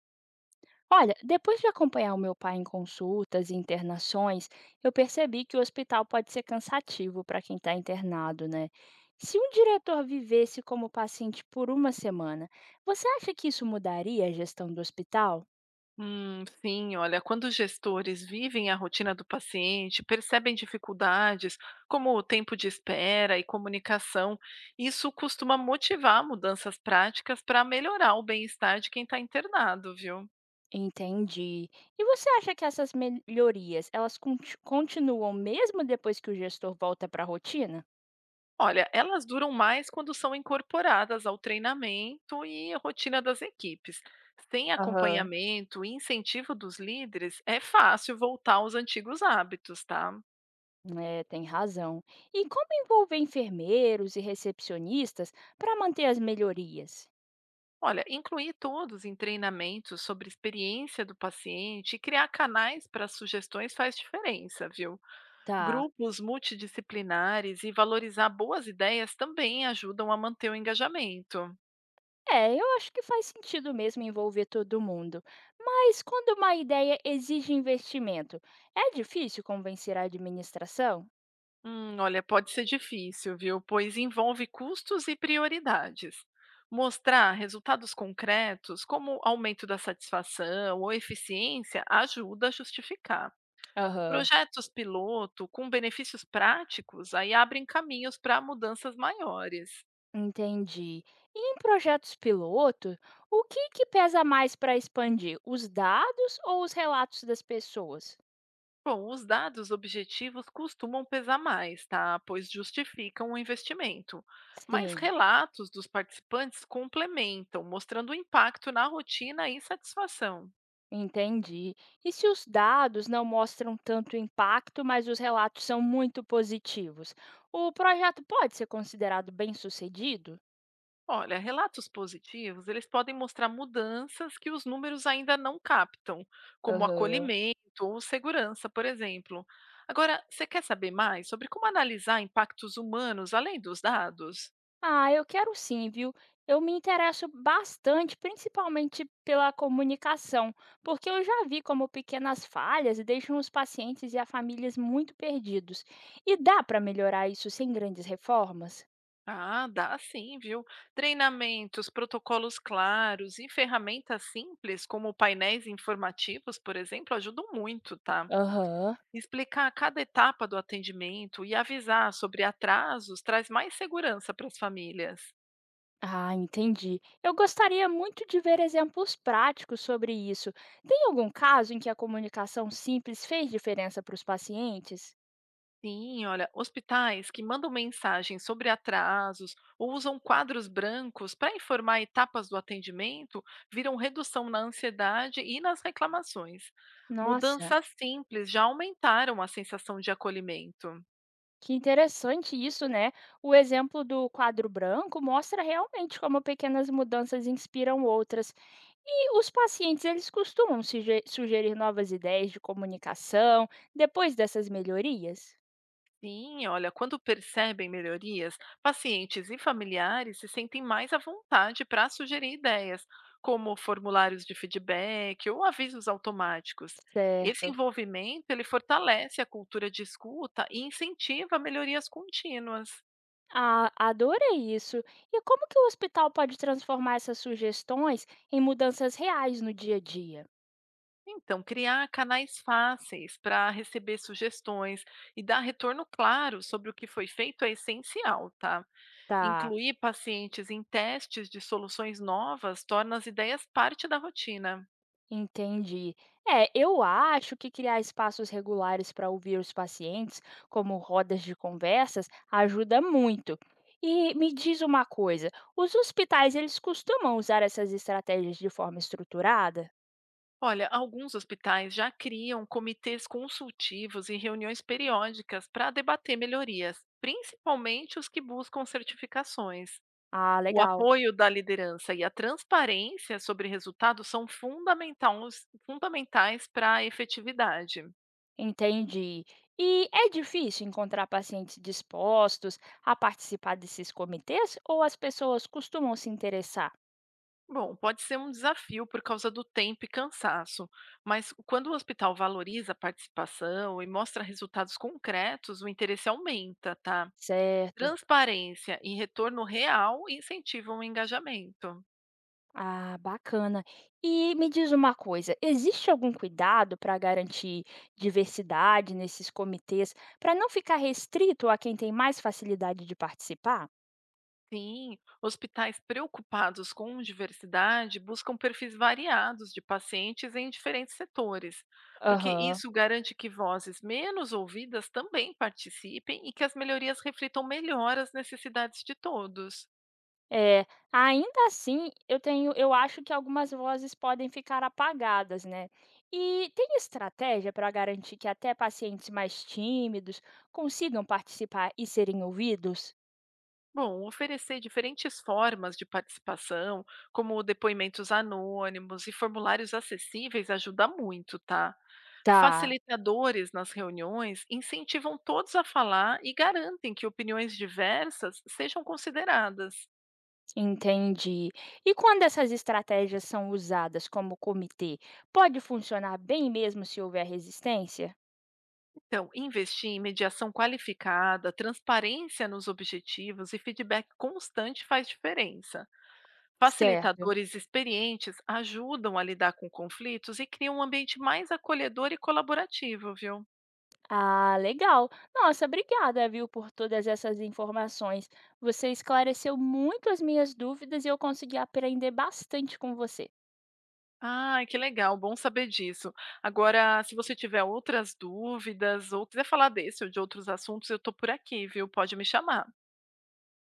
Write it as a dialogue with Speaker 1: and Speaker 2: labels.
Speaker 1: Olha, depois de acompanhar o meu pai em consultas e internações, eu percebi que o hospital pode ser cansativo para quem está internado, né? Se um diretor vivesse como paciente por uma semana, você acha que isso mudaria a gestão do hospital?
Speaker 2: Sim, olha, quando os gestores vivem a rotina do paciente, percebem dificuldades, como o tempo de espera e comunicação, isso costuma motivar mudanças práticas para melhorar o bem-estar de quem está internado, viu?
Speaker 1: Entendi. E você acha que essas melhorias, elas continuam mesmo depois que o gestor volta para a rotina?
Speaker 2: Olha, elas duram mais quando são incorporadas ao treinamento e à rotina das equipes. Sem
Speaker 1: Aham,
Speaker 2: acompanhamento e incentivo dos líderes, é fácil voltar aos antigos hábitos, tá?
Speaker 1: é, tem razão. E como envolver enfermeiros e recepcionistas para manter as melhorias?
Speaker 2: Olha, incluir todos em treinamentos sobre experiência do paciente e criar canais para sugestões faz diferença, viu?
Speaker 1: Tá.
Speaker 2: Grupos multidisciplinares e valorizar boas ideias também ajudam a manter o engajamento.
Speaker 1: É, eu acho que faz sentido mesmo envolver todo mundo. Mas quando uma ideia exige investimento, é difícil convencer a administração?
Speaker 2: Olha, pode ser difícil, viu? Pois envolve custos e prioridades. Mostrar resultados concretos, como aumento da satisfação ou eficiência, ajuda a justificar.
Speaker 1: Aham.
Speaker 2: Projetos piloto com benefícios práticos aí abrem caminhos para mudanças maiores.
Speaker 1: Entendi. E em projetos piloto, o que que pesa mais para expandir? Os dados ou os relatos das pessoas?
Speaker 2: Bom, os dados objetivos costumam pesar mais, tá? Pois justificam o investimento. Mas
Speaker 1: Sim,
Speaker 2: relatos dos participantes complementam, mostrando o impacto na rotina e satisfação.
Speaker 1: entendi. E se os dados não mostram tanto impacto, mas os relatos são muito positivos, o projeto pode ser considerado bem-sucedido?
Speaker 2: Olha, relatos positivos, eles podem mostrar mudanças que os números ainda não captam, como
Speaker 1: Aham.
Speaker 2: acolhimento ou segurança, por exemplo. Agora, você quer saber mais sobre como analisar impactos humanos além dos dados?
Speaker 1: Ah, eu quero sim, viu? Eu me interesso bastante, principalmente pela comunicação, porque eu já vi como pequenas falhas deixam os pacientes e as famílias muito perdidos. E dá para melhorar isso sem grandes reformas?
Speaker 2: Ah, dá sim, viu? Treinamentos, protocolos claros e ferramentas simples, como painéis informativos, por exemplo, ajudam muito, tá?
Speaker 1: Aham.
Speaker 2: Explicar cada etapa do atendimento e avisar sobre atrasos traz mais segurança para as famílias.
Speaker 1: Ah, entendi. Eu gostaria muito de ver exemplos práticos sobre isso. Tem algum caso em que a comunicação simples fez diferença para os pacientes?
Speaker 2: Sim, olha, hospitais que mandam mensagens sobre atrasos ou usam quadros brancos para informar etapas do atendimento viram redução na ansiedade e nas reclamações.
Speaker 1: Nossa.
Speaker 2: Mudanças simples já aumentaram a sensação de acolhimento.
Speaker 1: Que interessante isso, né? O exemplo do quadro branco mostra realmente como pequenas mudanças inspiram outras. E os pacientes, eles costumam sugerir novas ideias de comunicação depois dessas melhorias?
Speaker 2: Sim, olha, quando percebem melhorias, pacientes e familiares se sentem mais à vontade para sugerir ideias, como formulários de feedback ou avisos automáticos. Esse
Speaker 1: Certo.
Speaker 2: envolvimento ele fortalece a cultura de escuta e incentiva melhorias contínuas.
Speaker 1: Ah, adorei isso. E como que o hospital pode transformar essas sugestões em mudanças reais no dia a dia?
Speaker 2: Então, criar canais fáceis para receber sugestões e dar retorno claro sobre o que foi feito é essencial, tá?
Speaker 1: Tá.
Speaker 2: Incluir pacientes em testes de soluções novas torna as ideias parte da rotina.
Speaker 1: Entendi. É, eu acho que criar espaços regulares para ouvir os pacientes, como rodas de conversas, ajuda muito. E me diz uma coisa, os hospitais eles costumam usar essas estratégias de forma estruturada?
Speaker 2: Olha, alguns hospitais já criam comitês consultivos e reuniões periódicas para debater melhorias, principalmente os que buscam certificações.
Speaker 1: Ah,
Speaker 2: O
Speaker 1: legal.
Speaker 2: apoio da liderança e a transparência sobre resultados são fundamentais, fundamentais para a efetividade.
Speaker 1: Entendi. E é difícil encontrar pacientes dispostos a participar desses comitês ou as pessoas costumam se interessar?
Speaker 2: Bom, pode ser um desafio por causa do tempo e cansaço, mas quando o hospital valoriza a participação e mostra resultados concretos, o interesse aumenta, tá?
Speaker 1: Certo.
Speaker 2: Transparência e retorno real incentivam o engajamento.
Speaker 1: Ah, bacana. E me diz uma coisa, existe algum cuidado para garantir diversidade nesses comitês, para não ficar restrito a quem tem mais facilidade de participar?
Speaker 2: Sim, hospitais preocupados com diversidade buscam perfis variados de pacientes em diferentes setores, porque
Speaker 1: Aham.
Speaker 2: isso garante que vozes menos ouvidas também participem e que as melhorias reflitam melhor as necessidades de todos.
Speaker 1: É, ainda assim, eu acho que algumas vozes podem ficar apagadas, né? E tem estratégia para garantir que até pacientes mais tímidos consigam participar e serem ouvidos?
Speaker 2: Bom, oferecer diferentes formas de participação, como depoimentos anônimos e formulários acessíveis, ajuda muito, tá?
Speaker 1: Tá.
Speaker 2: Facilitadores nas reuniões incentivam todos a falar e garantem que opiniões diversas sejam consideradas.
Speaker 1: Entendi. E quando essas estratégias são usadas como comitê, pode funcionar bem mesmo se houver resistência?
Speaker 2: Então, investir em mediação qualificada, transparência nos objetivos e feedback constante faz diferença.
Speaker 1: Certo.
Speaker 2: Facilitadores experientes ajudam a lidar com conflitos e criam um ambiente mais acolhedor e colaborativo, viu?
Speaker 1: Ah, legal. Nossa, obrigada, viu, por todas essas informações. Você esclareceu muito as minhas dúvidas e eu consegui aprender bastante com você.
Speaker 2: Ah, que legal, bom saber disso. Agora, se você tiver outras dúvidas ou quiser falar desse ou de outros assuntos, eu estou por aqui, viu? Pode me chamar.